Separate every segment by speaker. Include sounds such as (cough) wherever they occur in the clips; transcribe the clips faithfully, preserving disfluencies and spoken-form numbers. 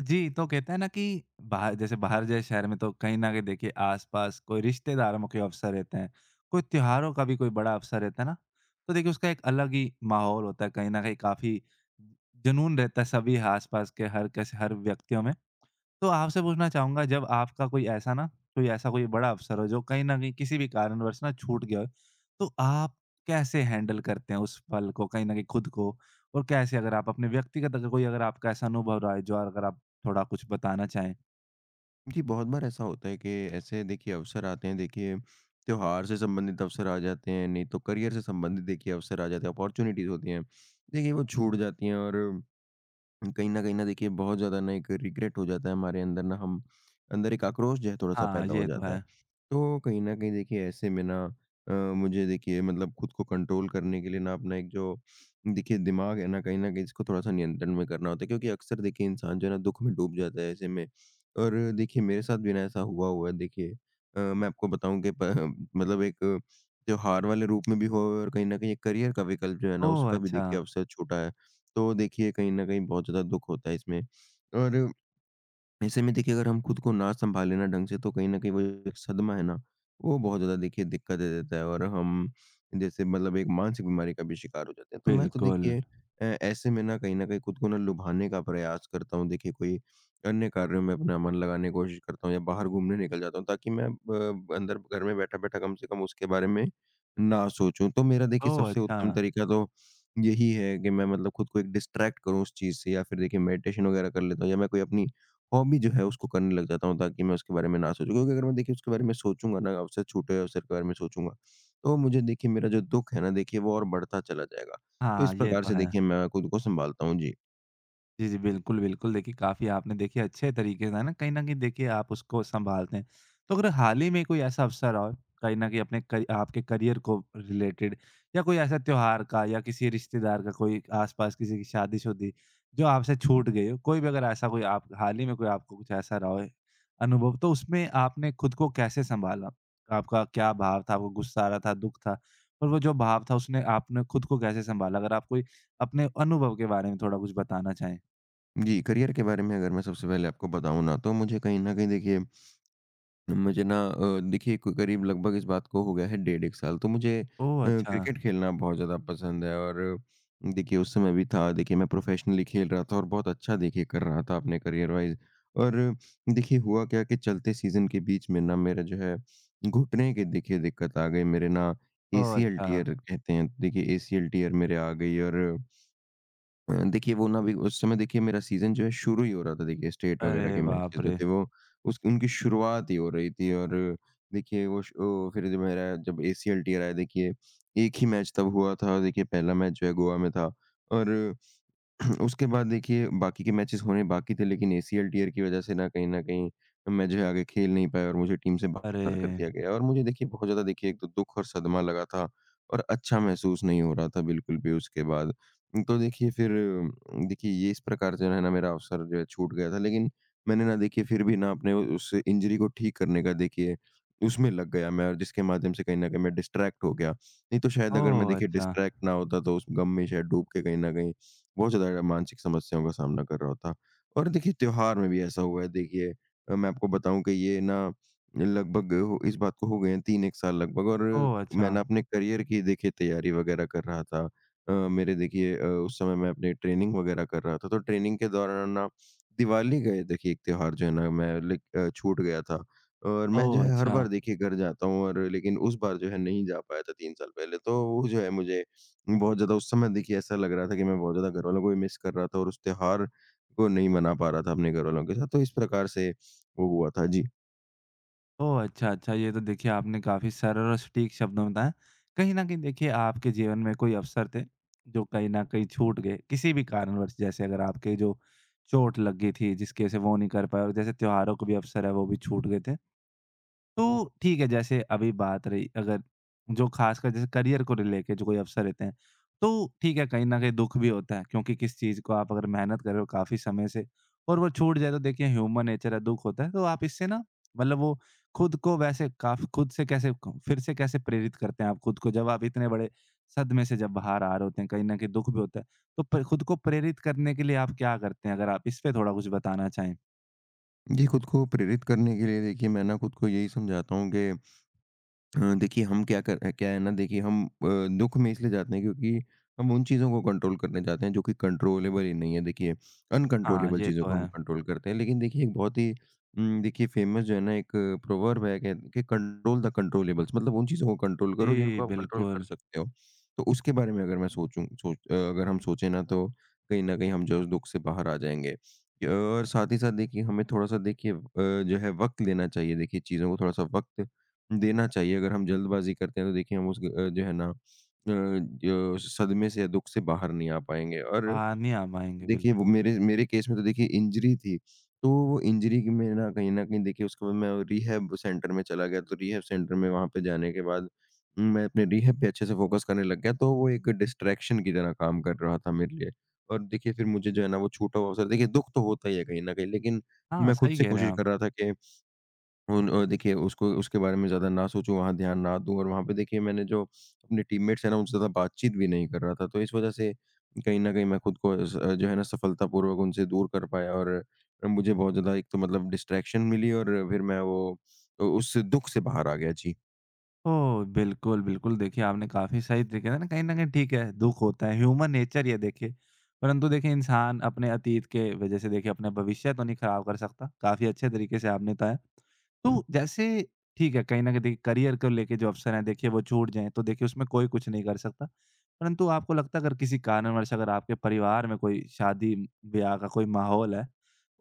Speaker 1: जी, तो कहते हैं ना कि बाहर जैसे बाहर जैसे शहर में तो कहीं न कहीं देखिए आस-पास कोई रिश्तेदारों के अवसर रहते हैं, कोई त्योहारों का भी कोई बड़ा अवसर रहता है ना, तो देखिए उसका एक अलग ही माहौल होता है, कहीं न कहीं काफ़ी जुनून रहता है सभी आस-पास के हर कैसे हर व्यक्तियों में। तो आपसे पूछना चाहूँगा जब आपका कोई ऐसा ना कोई ऐसा कोई बड़ा अवसर हो जो कहीं न कहीं किसी भी कारणवश ना छूट गया हो, तो आप कैसे हैंडल करते हैं उस पल को कहीं न कहीं खुद को? और कैसे अगर आप अपने व्यक्तिगत अगर कोई अगर आपका ऐसा अनुभव रहा है जो अगर आप थोड़ा कुछ बताना चाहें?
Speaker 2: जी, बहुत बार ऐसा होता है कि ऐसे देखिए अवसर आते हैं, देखिए त्योहार से संबंधित अवसर आ जाते हैं, नहीं तो करियर से संबंधित देखिए अवसर आ जाते हैं, अपॉर्च्युनिटीज़ होती हैं। देखिए वो छूट जाती हैं और कहीं न कहीं ना देखिए बहुत ज़्यादा ना एक रिग्रेट हो जाता है हमारे अंदर ना, हम अंदर एक आक्रोश जो है थोड़ा-सा
Speaker 1: हाँ,
Speaker 2: पैदा हो
Speaker 1: ये तो
Speaker 2: जाता है।
Speaker 1: है।
Speaker 2: तो कहीं न कहीं देखिए ऐसे में ना अ, मुझे देखिए मतलब खुद को कंट्रोल करने के लिए ना अपना एक जो देखिए दिमाग है ना, कहीं न कहीं इसको थोड़ा-सा नियंत्रण में करना होता है, क्योंकि अक्सर देखिए इंसान जो है ना दुःख में डूब जाता है ऐसे में। और देखिए मेरे साथ भी ना ऐसा हुआ हुआ है देखिए, अ, मैं आपको बताऊँ कि प (laughs) मतलब एक त्योहार वाले रूप में भी हुआ हुआ है और कहीं न कहीं एक करियर का विकल्प जो है ना
Speaker 1: ओह!
Speaker 2: उसका भी
Speaker 1: अच्छा,
Speaker 2: देखिए अवसर छूटा है। तो देखिए कहीं न कहीं बहुत ज़्यादा दुःख होता है इसमें, और ऐसे में देखिए अगर हम खुद को ना सँभालें ना ढंग से तो कहीं न कहीं वो जो एक सदमा है ना, वो बहुत ज़्यादा देखिए दिक्कत दे देता है और हम जैसे मतलब एक मानसिक बीमारी का भी शिकार हो जाते हैं। तो मैं तो
Speaker 1: बिल्कुल।
Speaker 2: देखिए अ, ऐसे में ना कहीं न कहीं खुद को ना लुभाने का प्रयास करता हूँ। देखिए कोई अन्य कार्यों में अपना मन लगाने की कोशिश करता हूँ या बाहर घूमने निकल जाता हूँ, ताकि मैं ब अंदर घर में बैठा-बैठा कम से कम उसके बारे में ना सोचूँ। तो मेरा देखिए
Speaker 1: ओह!
Speaker 2: सबसे
Speaker 1: अच्छा।
Speaker 2: उत्तम तरीका तो यही है कि मैं मतलब खुद को एक डिस्ट्रैक्ट करूँ उस चीज़ से, या फिर देखिए मेडिटेशन वग़ैरह कर लेता हूँ, या मैं कोई अपनी हॉबी जो है उसको करने लग जाता हूँ ताकि मैं उसके बारे में ना सोचूँ, क्योंकि अगर मैं देखिए उसके बारे में सोचूँगा ना, अवसर छूटे हुए अवसर के बारे में सोचूँगा, तो मुझे देखिए मेरा जो दुःख है ना देखिए वो और बढ़ता चला जाएगा। तो इस
Speaker 1: हाँ, ये
Speaker 2: प्रकार
Speaker 1: तो
Speaker 2: से
Speaker 1: है।
Speaker 2: देखिए मैं खुद को सँभालता हूँ। जी।
Speaker 1: जी, जी। बिल्कुल, बिल्कुल। देखिए, काफ़ी आपने देखिए अच्छे तरीके से है ना, कहीं न कहीं देखिए आप उसको सँभालते हैं। तो अगर हाल ही में कोई ऐसा अवसर और कहीं न कहीं अपने क आपके करियर को रिलेटेड या कोई ऐसा त्योहार का या किसी रिश्तेदार का कोई आस-पास किसी की शादी-शुदी जो आपसे छूट गई हो, कोई भी अगर ऐसा कोई आप हाल ही में कोई आपको कुछ ऐसा रहा हो अनुभव, तो उसमें आपने खुद को कैसे सँभाला? आपका क्या भाव था? आपको गुस्सा आ रहा था, दुःख था? और वो जो भाव था उसने आपने खुद को कैसे सँभाला? अगर आप कोई अपने अनुभव के बारे में थोड़ा कुछ बताना चाहें।
Speaker 2: जी, करियर के बारे में अगर मैं सबसे पहले आपको बताऊँ ना, तो मुझे कहीं न कहीं देखिए मुझे ना अ, देखिए क करीब लगभग इस बात को हो गया है डेढ़ एक साल, तो मुझे अ,
Speaker 1: ओह! अच्छा।
Speaker 2: क्रिकेट खेलना बहुत ज़्यादा पसंद है और देखिए उस समय भी था, देखिए मैं प्रोफ़ेशनली खेल रहा था और बहुत अच्छा देखिए कर रहा था अपने करियर वाइज़। और देखिए हुआ क्या कि चलते सीज़न के बीच में ना मेरा जो है घुटने की देखिए दिक्कत आ गई, मेरे ना
Speaker 1: ओह!
Speaker 2: एसीएल
Speaker 1: अच्छा।
Speaker 2: टियर कहते हैं, तो देखिए एसीएल टियर मेरे आ गई और अ, देखिए वो ना अभी उस समय देखिए मेरा सीज़न जो है शुरू ही हो रहा था, देखिए स्टेट
Speaker 1: अरे
Speaker 2: वगैरह के
Speaker 1: बाप
Speaker 2: मैचेस जो
Speaker 1: रे!
Speaker 2: थे वो उस उनकी शुरुआत ही हो रही थी और देखिए वो श ओ, फिर जब मेरा जब एसीएल टियर आया देखिए, एक ही मैच तब हुआ था, देखिए पहला मैच जो है गोवा में था और (clears throat) उसके बाद देखिए बाकी के मैचेस होने बाकी थे, लेकिन एसीएल टीयर की वजह से ना कहीं न कहीं मैं जो है आगे खेल नहीं पाया और मुझे टीम से
Speaker 1: अरे!
Speaker 2: बाहर कर दिया गया, और मुझे देखिए बहुत ज़्यादा देखिए एक तो दुःख और सदमा लगा था और अच्छा महसूस नहीं हो रहा था बिल्कुल भी उसके बाद। तो देखिए फिर अम, देखिए ये इस प्रकार से जो है ना मेरा अवसर जो है छूट गया था, लेकिन मैंने ना देखिए फिर भी ना अपने उ- उस इंजरी को ठीक करने का देखिए उसमें लग गया मैं, और जिसके माध्यम से कहीं न कहीं मैं डिस्ट्रैक्ट हो गया। नहीं तो शायद अगर मैं
Speaker 1: ओह!
Speaker 2: देखिए
Speaker 1: अच्छा।
Speaker 2: डिस्ट्रैक्ट ना होता तो उस गम में शायद डूब के कहीं न कहीं बहुत ज़्यादा मानसिक समस्याओं का सामना कर रहा था। और देखिए त्योहार में भी ऐसा हुआ है देखिए, अ, मैं आपको बताऊँ कि ये ना लगभग हो इस बात को हो गए हैं तीन एक साल लगभग, और
Speaker 1: ओह! अच्छा।
Speaker 2: मैं ना अपने करियर की देखिए तैयारी वग़ैरह कर रहा था। अ, मेरे देखिए अ, उस समय मैं अपनी ट्रेनिंग वग़ैरह कर रहा था, तो ट्रेनिंग के दौरान ना दिवाली गए देखिए एक त्योहार जो है ना मैं लाइक अ, छूट गया था। और मैं जो
Speaker 1: ओह!
Speaker 2: है हर
Speaker 1: अच्छा।
Speaker 2: बार देखिए घर जाता हूँ और लेकिन उस बार जो है नहीं जा पाया था तीन साल पहले, तो वो जो है मुझे बहुत ज़्यादा उस समय देखिए ऐसा लग रहा था कि मैं बहुत ज़्यादा घरवालों को भी मिस कर रहा था और उस त्योहार को नहीं मना पा रहा था अपने घरवालों के साथ, तो इस प्रकार से वो हुआ था। जी।
Speaker 1: ओह! अच्छा, अच्छा। ये तो देखिए आपने काफ़ी सरल और सटीक शब्दों में बताया। कहीं न कहीं देखिए आपके जीवन में कोई अवसर थे, जो कहीं न कहीं छूट गए किसी भी कारणवश जैसे अगर आपके जो चोट लग गई थी जिसकी वजह से वो नहीं कर पाए और जैसे त्योहारों के भी अवसर है वो भी छूट गए थे। तो ठीक है, जैसे अभी बात रही अगर जो ख़ासकर जैसे करियर को लेके जो कोई अवसर रहते हैं, तो ठीक है, कहीं न कहीं दुःख भी होता है क्योंकि किस चीज़ को आप अगर मेहनत कर रहे हो काफ़ी समय से और वो छूट जाए तो देखिए ह्यूमन नेचर है, दुःख होता है। तो आप इससे ना मतलब वो खुद को वैसे काफ़ी खुद से कैसे क फिर से कैसे प्रेरित करते हैं आप खुद को जब आप इतने बड़े सदमे से जब बाहर आ रहे होते हैं, कहीं न कहीं दुःख भी होता है। तो प खुद को प्रेरित करने के लिए आप क्या करते हैं? अगर आप इस पे थोड़ा कुछ बताना चाहें?
Speaker 2: जी, खुद को प्रेरित करने के लिए देखिए मैं ना खुद को यही समझाता हूँ कि अ, देखिए हम क्या कर क्या है ना, देखिए हम अ, दुःख में इसलिए जाते हैं क्योंकि हम उन चीज़ों को कंट्रोल करने जाते हैं जो कि कंट्रोलेबल ही नहीं है, देखिए
Speaker 1: हाँ,
Speaker 2: अनकंट्रोलेबल
Speaker 1: ये
Speaker 2: चीज़ों
Speaker 1: तो
Speaker 2: को हम
Speaker 1: है।
Speaker 2: कंट्रोल करते हैं, लेकिन देखिए एक बहुत ही उम, देखिए फेमस जो है ना एक प्रोवर्ब है कह- कि कंट्रोल द कंट्रोलेबल्स, मतलब उन चीज़ों को कंट्रोल करो
Speaker 1: जी,
Speaker 2: जिनको आप कंट्रोल कर
Speaker 1: बिल्कुल।
Speaker 2: सकते हो। तो उसके बारे में अगर मैं सोचूं सोच अ, अगर हम सोचें ना, तो कहीं ना कहीं हम जो है उस दुख से बाहर आ जाएंगे, और साथ ही साथ देखिए हमें थोड़ा सा देखिए अ, जो है वक्त लेना चाहिए, देखिए चीज़ों को थोड़ा सा वक्त देना चाहिए। अगर हम जल्दबाज़ी करते हैं तो देखिए हम उस ग- अ, जो है ना अ, जो सदमे से या दुःख से बाहर नहीं आ पाएँगे। और
Speaker 1: पानी आ पाएँगे,
Speaker 2: देखिए वो
Speaker 1: बिल्कुल।
Speaker 2: मेरे मेरे केस में तो देखिए इंजरी थी। तो वो इंजरी की मैं ना कहीं न कहीं देखिए उसके बाद मैं रिहैब सेंटर में चला गया। तो रिहैब सेंटर में वहाँ पे जाने के बाद मैं अपने रिहैब पे अच्छे से फ़ोकस करने लग गया। तो वो एक डिस्ट्रैक्शन की तरह काम कर रहा था मेरे लिए। और देखिए फिर मुझे जो है ना वो छूटा हुआ अवसर देखिए, दुःख तो होता ही है कहीं न कहीं। लेकिन
Speaker 1: हाँ,
Speaker 2: मैं खुद
Speaker 1: सही
Speaker 2: से
Speaker 1: कह रहे हैं
Speaker 2: कोशिश
Speaker 1: आप।
Speaker 2: कर रहा था कि उन अ, देखिए उसको उसके बारे में ज़्यादा ना सोचूँ, वहाँ ध्यान ना दूँ, और वहाँ पे देखिए मैंने जो अपने टीममेट्स हैं ना, उनसे ज़्यादा बातचीत भी नहीं कर रहा था। तो इस वज़ह से कहीं न कहीं मैं खुद को स जो है ना सफलतापूर्वक उनसे दूर कर पाया और मुझे बहुत ज़्यादा एक तो मतलब डिस्ट्रैक्शन मिली, और फिर मैं वो अ, उस दुःख से बाहर आ गया। जी।
Speaker 1: ओह! बिल्कुल, बिल्कुल। देखिए, आपने काफ़ी सही तरीके से ना कहीं न कहीं ठीक है, दुःख होता है, ह्यूमन नेचर ये देखिए। परंतु देखिए, इंसान अपने अतीत के वजह से देखिए अपना भविष्य तो नहीं खराब कर सकता। काफ़ी अच्छे तरीके से आपने बताया। तो जैसे ठीक है, कहीं न कहीं देखिए करियर को लेके जो अवसर हैं देखिए वो छूट जाएँ, तो देखिए उसमें कोई कुछ नहीं कर सकता। परंतु आपको लगता है अगर किसी कारणवश अगर आपके परिवार में कोई शादी-ब्याह का कोई माहौल है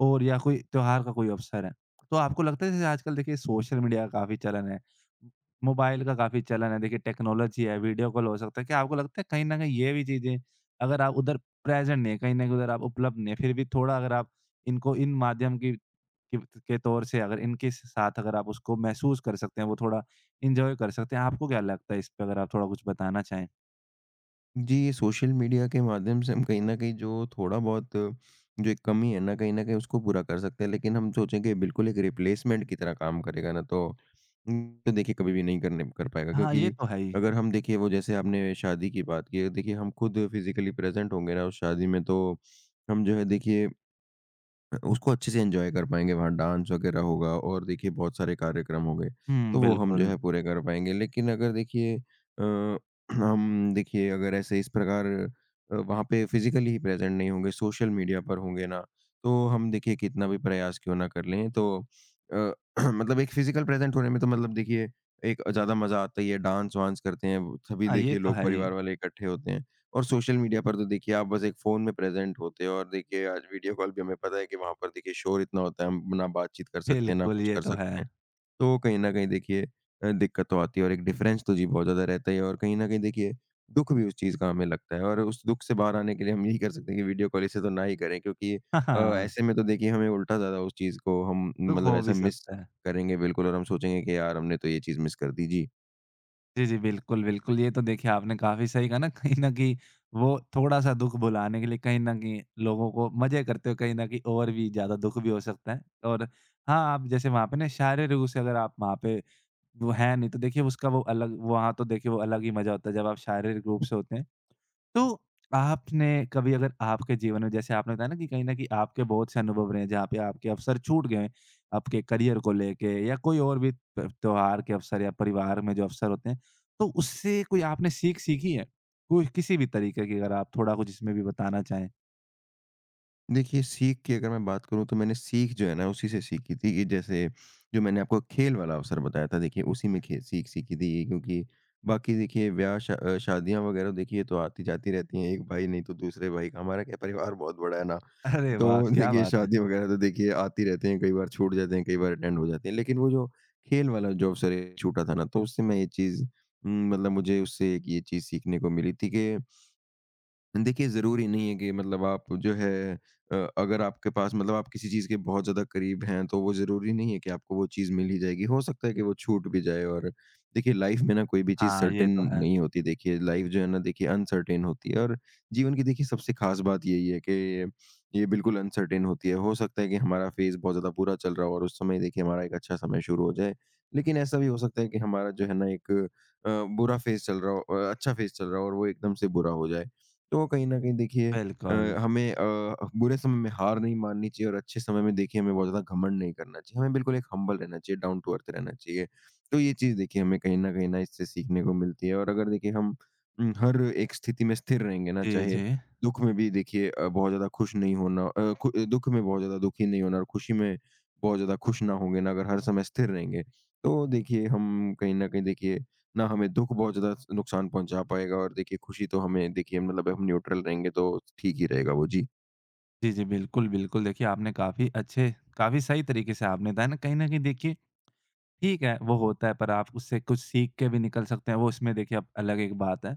Speaker 1: और या कोई त्योहार का कोई अवसर है, तो आपको लगता है जैसे आजकल देखिए सोशल मीडिया का काफ़ी चलन है। मोबाइल का काफ़ी चलन है, देखिए टेक्नोलॉजी है, वीडियो कॉल हो सकता है। क्या आपको लगता है कहीं न कहीं ये भी चीज़ें अगर आप उधर प्रेज़ेंट नहीं है, कहीं न कहीं उधर आप उपलब्ध नहीं है, फिर भी थोड़ा अगर आप इनको इन माध्यम की की के तौर से अगर इनके साथ अगर आप उसको महसूस कर सकते हैं, वो थोड़ा एन्जॉय कर सकते हैं, आपको क्या लगता है इस पे अगर आप थोड़ा कुछ बताना चाहें?
Speaker 2: जी, ये सोशल मीडिया के माध्यम से हम कहीं न कहीं जो थोड़ा बहुत जो एक कमी है ना, कहीं न कहीं उसको पूरा कर सकते हैं। लेकिन हम सोचेंगे बिल्कुल एक रिप्लेसमेंट की तरह काम करेगा ना, तो तो देखिए कभी भी नहीं करने कर पाएगा।
Speaker 1: हाँ,
Speaker 2: क्योंकि
Speaker 1: ये तो है ही।
Speaker 2: अगर हम देखिए वो जैसे आपने शादी की बात की है, देखिए हम खुद फिज़िकली प्रेज़ेंट होंगे ना उस शादी में, तो हम जो है देखिए उसको अच्छे से एन्जॉय कर पाएँगे, वहाँ डांस वगैरह होगा और देखिए बहुत सारे कार्यक्रम हो गए,
Speaker 1: हुँ,
Speaker 2: तो वो हम जो
Speaker 1: बिल्कुल।
Speaker 2: है पूरे कर पाएँगे। लेकिन अगर देखिए अ, (clears throat) हम देखिए अगर ऐसे इस प्रकार अ, वहाँ पे फिज़िकली ही प्रेज़ेंट नहीं होंगे, सोशल मीडिया पर होंगे ना, तो हम देखिए कितना भी प्रयास क्यों ना कर लें तो अ, (clears throat) मतलब एक फिज़िकल प्रेज़ेंट होने में तो मतलब देखिए एक ज़्यादा मज़ा आता ही है, डांस-वांस करते हैं, वो सभी
Speaker 1: हाँ, ये
Speaker 2: देखिए
Speaker 1: तो
Speaker 2: लोग
Speaker 1: है ही।
Speaker 2: परिवार वाले इकट्ठे होते हैं। और सोशल मीडिया पर तो देखिए आप बस एक फ़ोन में प्रेज़ेंट होते हो, और देखिए आज वीडियो कॉल भी हमें पता है कि वहाँ पर देखिए शोर इतना होता है, हम ना बातचीत कर सकते हैं, ना
Speaker 1: बिल्कुल,
Speaker 2: कुछ
Speaker 1: ये
Speaker 2: कर
Speaker 1: तो है।
Speaker 2: सकते हैं। तो कहीं न कहीं देखिए अ, दिक्कत तो आती है और एक डिफ़रेंस तो जी बहुत ज़्यादा रहता ही है, और कहीं न कहीं देखिए दुःख भी उस चीज़ का हमें लगता है, और उस दुःख से बाहर आने के लिए हम यही कर सकते हैं कि वीडियो कॉल इसे तो ना ही करें, क्योंकि
Speaker 1: (laughs) हाँ,
Speaker 2: अ,
Speaker 1: हाँ,
Speaker 2: ऐसे में तो देखिए हमें उल्टा ज़्यादा उस चीज़ को हम
Speaker 1: तो
Speaker 2: मतलब
Speaker 1: हो भी
Speaker 2: ऐसा मिस
Speaker 1: सकता है।
Speaker 2: करेंगे बिल्कुल, और हम सोचेंगे कि यार हमने तो ये चीज़ मिस कर दी। जी।
Speaker 1: जी, जी। बिल्कुल, बिल्कुल। ये तो देखिए आपने काफ़ी सही कहा ना कहीं न कहीं वो थोड़ा-सा दुःख भुलाने के लिए कहीं न कहीं लोगों को मज़े करते हुए कहीं न कहीं और भी ज़्यादा दुःख भी हो सकता है। और हाँ, आप जैसे वहाँ पे ना शारीरिक रूप से अगर आप वहाँ पे वो हैं नहीं तो देखिए उसका वो अलग वहाँ तो देखिए वो अलग ही मज़ा होता है जब आप शारीरिक रूप से होते हैं। तो आपने कभी अगर आपके जीवन में जैसे आपने बताया ना कि कहीं न कहीं आपके बहुत से अनुभव रहे हैं जहाँ पे आपके अवसर छूट गए हैं, आपके करियर को लेके या कोई और भी त्य त्योहार के अवसर या परिवार में जो अवसर होते हैं, तो उससे कोई आपने सीख सीखी है? कोई किसी भी तरीके की अगर आप थोड़ा कुछ इसमें भी बताना चाहें?
Speaker 2: देखिए, सीख की अगर मैं बात करूँ तो मैंने सीख जो है ना उसी से सीखी थी, कि जैसे जो मैंने आपको खेल वाला अवसर बताया था देखिए उसी में खे सीख सीखी थी ये, क्योंकि बाकी देखिए ब्याह शा अ, शादियाँ वग़ैरह देखिए तो आती-जाती रहती हैं। एक भाई नहीं तो दूसरे भाई का, हमारा क्या परिवार बहुत बड़ा है ना,
Speaker 1: अरे वाह!
Speaker 2: तो
Speaker 1: क्या
Speaker 2: देखिए
Speaker 1: बात है।
Speaker 2: शादी वग़ैरह तो देखिए आती रहते हैं, कई बार छूट जाते हैं, कई बार अटेंड हो जाते हैं। लेकिन वो जो खेल वाला जो अवसर है, छूटा था ना तो उससे मैं ये चीज़, उम, मतलब मुझे उससे एक ये चीज़ सीखने को मिली थी कि देखिए, ज़रूरी नहीं है कि मतलब आप जो है, अ, अगर आपके पास मतलब आप किसी चीज़ के बहुत ज़्यादा करीब हैं, तो वो ज़रूरी नहीं है कि आपको वो चीज़ मिल ही जाएगी। हो सकता है कि वो छूट भी जाए। और देखिए लाइफ़ में ना कोई भी चीज़
Speaker 1: हाँ, ये
Speaker 2: सर्टेन
Speaker 1: तो है।
Speaker 2: नहीं होती। देखिए लाइफ़ जो है ना देखिए अनसर्टेन होती है। और जीवन की देखिए सबसे ख़ास बात यही है कि ये बिल्कुल अनसर्टेन होती है। हो सकता है कि हमारा फ़ेज़ बहुत ज़्यादा बुरा चल रहा हो और उस समय देखिए हमारा एक अच्छा समय शुरू हो जाए। लेकिन ऐसा भी हो सकता है कि हमारा जो है ना एक अ, बुरा फ़ेज़ चल रहा हो, अ, अच्छा फ़ेज़ चल रहा हो और वो एकदम से बुरा हो जाए। तो कहीं न कहीं देखिए अ,
Speaker 1: बिल्कुल।
Speaker 2: हमें अ, बुरे समय में हार नहीं माननी चाहिए और अच्छे समय में देखिए हमें बहुत ज़्यादा घमंड नहीं करना चाहिए। हमें बिल्कुल एक हम्बल रहना चाहिए, डाउन टू अर्थ रहना चाहिए। तो ये चीज़ देखिए हमें कहीं न कहीं ना इससे सीखने को मिलती है। और अगर देखिए हम उम, हर एक स्थिति में स्थिर रहेंगे ना,
Speaker 1: जी,
Speaker 2: चाहे
Speaker 1: जी।
Speaker 2: दुःख में भी देखिए अ, बहुत ज़्यादा खुश नहीं होना, अ, खु दुःख में बहुत ज़्यादा दुखी नहीं होना और खुशी में बहुत ज़्यादा खुश ना होंगे ना, अगर हर समय स्थिर रहेंगे, तो देखिए हम कहीं न कहीं देखिए ना हमें दुःख बहुत ज़्यादा स नुकसान पहुँचा पाएगा और देखिए खुशी तो हमें देखिए मतलब हम न्यूट्रल रहेंगे तो ठीक ही रहेगा वो। जी।
Speaker 1: जी, जी, बिल्कुल, बिल्कुल। देखिए आपने काफ़ी अच्छे काफ़ी सही तरीके से आपने बताया ना कहीं न कहीं देखिए ठीक है, वो होता है पर आप उससे कुछ सीख के भी निकल सकते हैं, वो उसमें देखिए अब अलग एक बात है।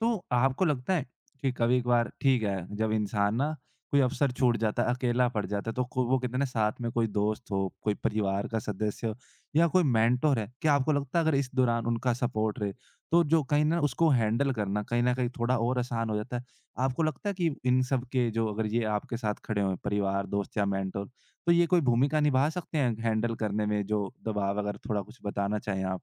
Speaker 1: तो आपको लगता है कि कभी-कभार ठीक है, जब इंसान ना कोई अवसर छूट जाता है, अकेला पड़ जाता है तो को वो कहते हैं ना साथ में कोई दोस्त हो, कोई परिवार का सदस्य हो या कोई मेंटर है, क्या आपको लगता है अगर इस दौरान उनका सपोर्ट रहे, तो जो कहीं न उसको हैंडल करना कहीं न कहीं थोड़ा और आसान हो जाता है? आपको लगता है कि इन सब के जो अगर ये आपके साथ खड़े हों परिवार, दोस्त या मेंटर तो ये कोई भूमिका निभा सकते हैं हैंडल करने में जो दबाव अगर थोड़ा कुछ बताना चाहें आप?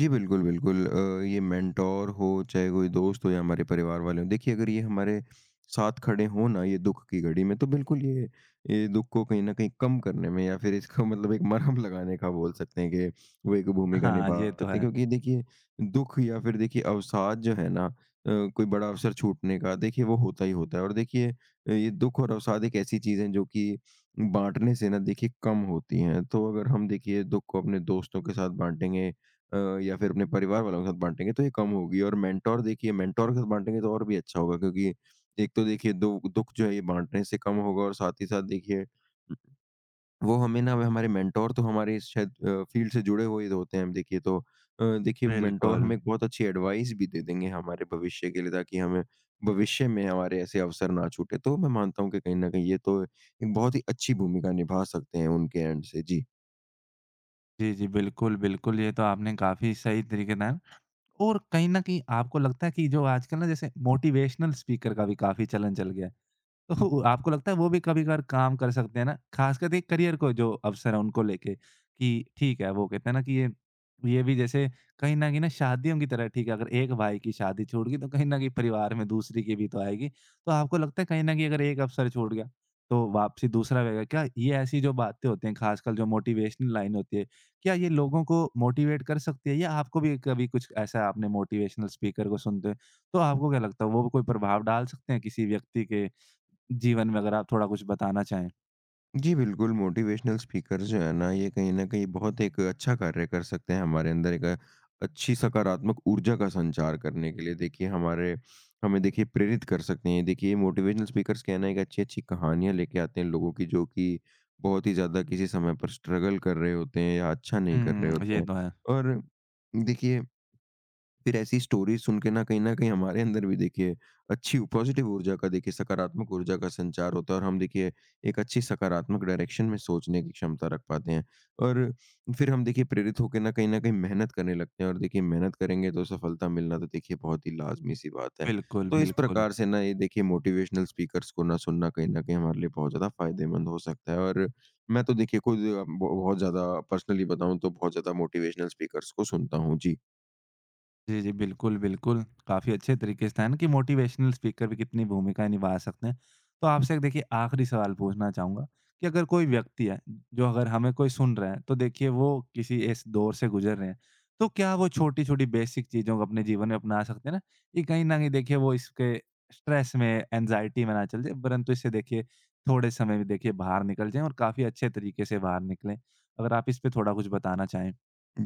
Speaker 2: जी, बिल्कुल, बिल्कुल। अ, ये मेंटोर हो, चाहे कोई दोस्त हो या हमारे परिवार वाले हों, देखिए अगर ये हमारे साथ खड़े हों ना ये दुःख की घड़ी में, तो बिल्कुल ये ये दुःख को कहीं न कहीं कम करने में या फिर इसको मतलब एक मरहम लगाने का बोल सकते हैं कि वो एक भूमिका
Speaker 1: हाँ,
Speaker 2: निभा
Speaker 1: ये तो
Speaker 2: सकते हैं।
Speaker 1: है।
Speaker 2: क्योंकि देखिए दुःख या फिर देखिए अवसाद जो है ना, अ, कोई बड़ा अवसर छूटने का देखिए वो होता ही होता है। और देखिए अ, ये दुःख और अवसाद एक ऐसी चीज़ है जो कि बाँटने से ना देखिए कम होती हैं। तो अगर हम देखिए दुःख को अपने दोस्तों के साथ बाँटेंगे, अ, या फिर अपने परिवार वालों के साथ बाँटेंगे तो ये कम होगी, और मेंटोर, देखिए मेंटोर के साथ बाँटेंगे तो और भी अच्छा होगा। क्योंकि एक तो देखिए दु दुःख जो है ये बाँटने से कम होगा और साथ ही साथ देखिए वो हमें ना, हमारे मेंटोर तो हमारे इस शायद अ, फ़ील्ड से जुड़े हुए होते हैं हम देखिए तो अ, देखिए मेंटोर
Speaker 1: बिल्कुल।
Speaker 2: हमें एक बहुत अच्छी एडवाइस भी दे देंगे हमारे भविष्य के लिए, ताकि हमें भविष्य में हमारे ऐसे अवसर ना छूटे। तो मैं मानता हूँ कि कहीं न कहीं ये तो एक बहुत ही अच्छी भूमिका निभा सकते हैं उनके एंड से। जी।
Speaker 1: जी, जी, बिल्कुल, बिल्कुल, ये तो आपने काफ़ी सही तरीके से और कहीं न कहीं आपको लगता है कि जो आजकल ना जैसे मोटिवेशनल स्पीकर का भी काफ़ी चलन चल गया है। तो आपको लगता है वो भी कभी-कभार काम कर सकते हैं ना? ख़ासकर देखिए करियर को जो अवसर है उनको लेके कि ठीक है, वो कहते हैं ना कि ये ये भी जैसे कहीं न कहीं ना शादियों की तरह है, ठीक है, अगर एक भाई की शादी छूट गई तो कहीं न कहीं परिवार में दूसरी की भी तो आएगी। तो आपको लगता है कहीं न कहीं अगर एक अवसर छूट गया, तो वापसी दूसरा रहेगा। क्या ये ऐसी जो बातें होती हैं, ख़ासकर जो मोटिवेशनल लाइन होती है, क्या ये लोगों को मोटिवेट कर सकती है या आपको भी कभी कुछ ऐसा आपने मोटिवेशनल स्पीकर को सुनते हैं, तो आपको क्या लगता है वो कोई प्रभाव डाल सकते हैं किसी व्यक्ति के जीवन में अगर आप थोड़ा कुछ बताना चाहें।
Speaker 2: जी, बिल्कुल, मोटिवेशनल स्पीकर जो है ना, ये कहीं न कहीं बहुत एक अच्छा कार्य कर सकते हैं हमारे अंदर एक अच्छी सकारात्मक ऊर्जा का संचार करने के लिए। देखिए, हमारे हमें देखिए प्रेरित कर सकते हैं। देखिए, मोटिवेशनल स्पीकर्स क्या है ना, एक अच्छी-अच्छी कहानियाँ लेके आते हैं लोगों की, जो कि बहुत ही ज़्यादा किसी समय पर स्ट्रगल कर रहे होते हैं या अच्छा नहीं कर रहे
Speaker 1: हुँ,
Speaker 2: होते
Speaker 1: ये
Speaker 2: हैं।
Speaker 1: तो है।
Speaker 2: और देखिए फिर ऐसी स्टोरीज सुन के ना कहीं न कहीं हमारे अंदर भी देखिए अच्छी पॉज़िटिव ऊर्जा का, देखिए सकारात्मक ऊर्जा का संचार होता है और हम देखिए एक अच्छी सकारात्मक डायरेक्शन में सोचने की क्षमता रख पाते हैं। और फिर हम देखिए प्रेरित होके ना कहीं न कहीं मेहनत करने लगते हैं और देखिए मेहनत करेंगे तो सफलता मिलना तो देखिए बहुत ही लाज़मी-सी बात है।
Speaker 1: बिल्कुल,
Speaker 2: तो इस
Speaker 1: बिल्कुल।
Speaker 2: प्रकार से ना ये देखिए मोटिवेशनल स्पीकर्स को ना सुनना कहीं न कहीं हमारे लिए बहुत ज़्यादा फ़ायदेमंद हो सकता है। और मैं तो देखिए खुद ब बहुत ज़्यादा, पर्सनली बताऊँ तो, बहुत ज़्यादा मोटिवेशनल स्पीकर्स को सुनता हूँ। जी।
Speaker 1: जी, जी। बिल्कुल, बिल्कुल। काफ़ी अच्छे तरीके से था ना कि मोटिवेशनल स्पीकर भी कितनी भूमिका निभा सकते हैं। तो आपसे एक देखिए आखिरी सवाल पूछना चाहूँगा कि अगर कोई व्यक्ति है, जो अगर हमें कोई सुन रहा है, तो देखिए वो किसी इस दौर से गुज़र रहे हैं, तो क्या वो छोटी-छोटी बेसिक चीज़ों को अपने जीवन में अपना सकते हैं ना? कि कहीं न कहीं देखिए वो इसके स्ट्रेस में, एंग्ज़ायटी में ना चले जाएँ, परंतु इससे देखिए थोड़े समय में देखिए बाहर निकल जाएँ और काफ़ी अच्छे तरीके से बाहर निकलें। अगर आप इस पे थोड़ा कुछ बताना चाहें?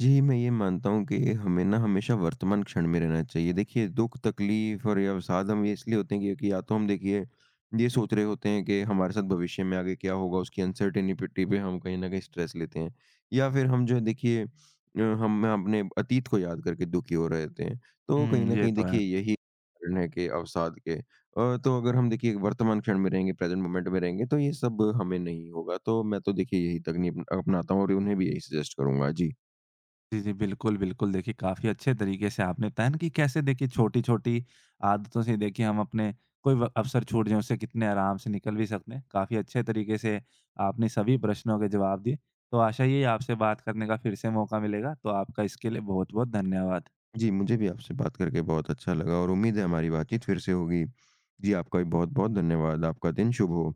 Speaker 2: जी, मैं ये मानता हूँ कि हमें ना हमेशा वर्तमान क्षण में रहना चाहिए। देखिए दुःख, तकलीफ़ और ये अवसाद हम ये इसलिए होते हैं क्योंकि या तो हम देखिए ये सोच रहे होते हैं कि हमारे साथ भविष्य में आगे क्या होगा, उसकी अनसर्टेनिपिटी पे हम कहीं न कहीं स्ट्रेस लेते हैं। या फिर हम जो है देखिए, अ, हम अपने अतीत को याद करके दुखी हो रहे होते हैं। तो कहीं
Speaker 1: हुँ,
Speaker 2: न
Speaker 1: ये
Speaker 2: कहीं
Speaker 1: तो है।
Speaker 2: देखिए यही कारण है कि अवसाद के। अ, तो अगर हम देखिए वर्तमान क्षण में रहेंगे, प्रेज़ेंट मोमेंट में रहेंगे तो ये सब हमें नहीं होगा। तो मैं तो देखिए यही तकनीक अपनाता हूँ और उन्हें भी यही सजेस्ट करूँगा। जी।
Speaker 1: जी, जी, बिल्कुल, बिल्कुल। देखिए, काफ़ी अच्छे तरीके से आपने बताया ना कि कैसे देखिए छोटी-छोटी आदतों से देखिए हम अपने कोई व अवसर छूट जाए उससे कितने आराम से निकल भी सकते हैं। काफ़ी अच्छे तरीके से आपने सभी प्रश्नों के जवाब दिए। तो आशा यही है आपसे बात करने का फिर से मौका मिलेगा। तो आपका इसके लिए बहुत-बहुत धन्यवाद।
Speaker 2: जी, मुझे भी आपसे बात करके बहुत अच्छा लगा और उम्मीद है हमारी बातचीत फिर से होगी। जी, आपका भी बहुत-बहुत धन्यवाद। आपका दिन शुभ हो।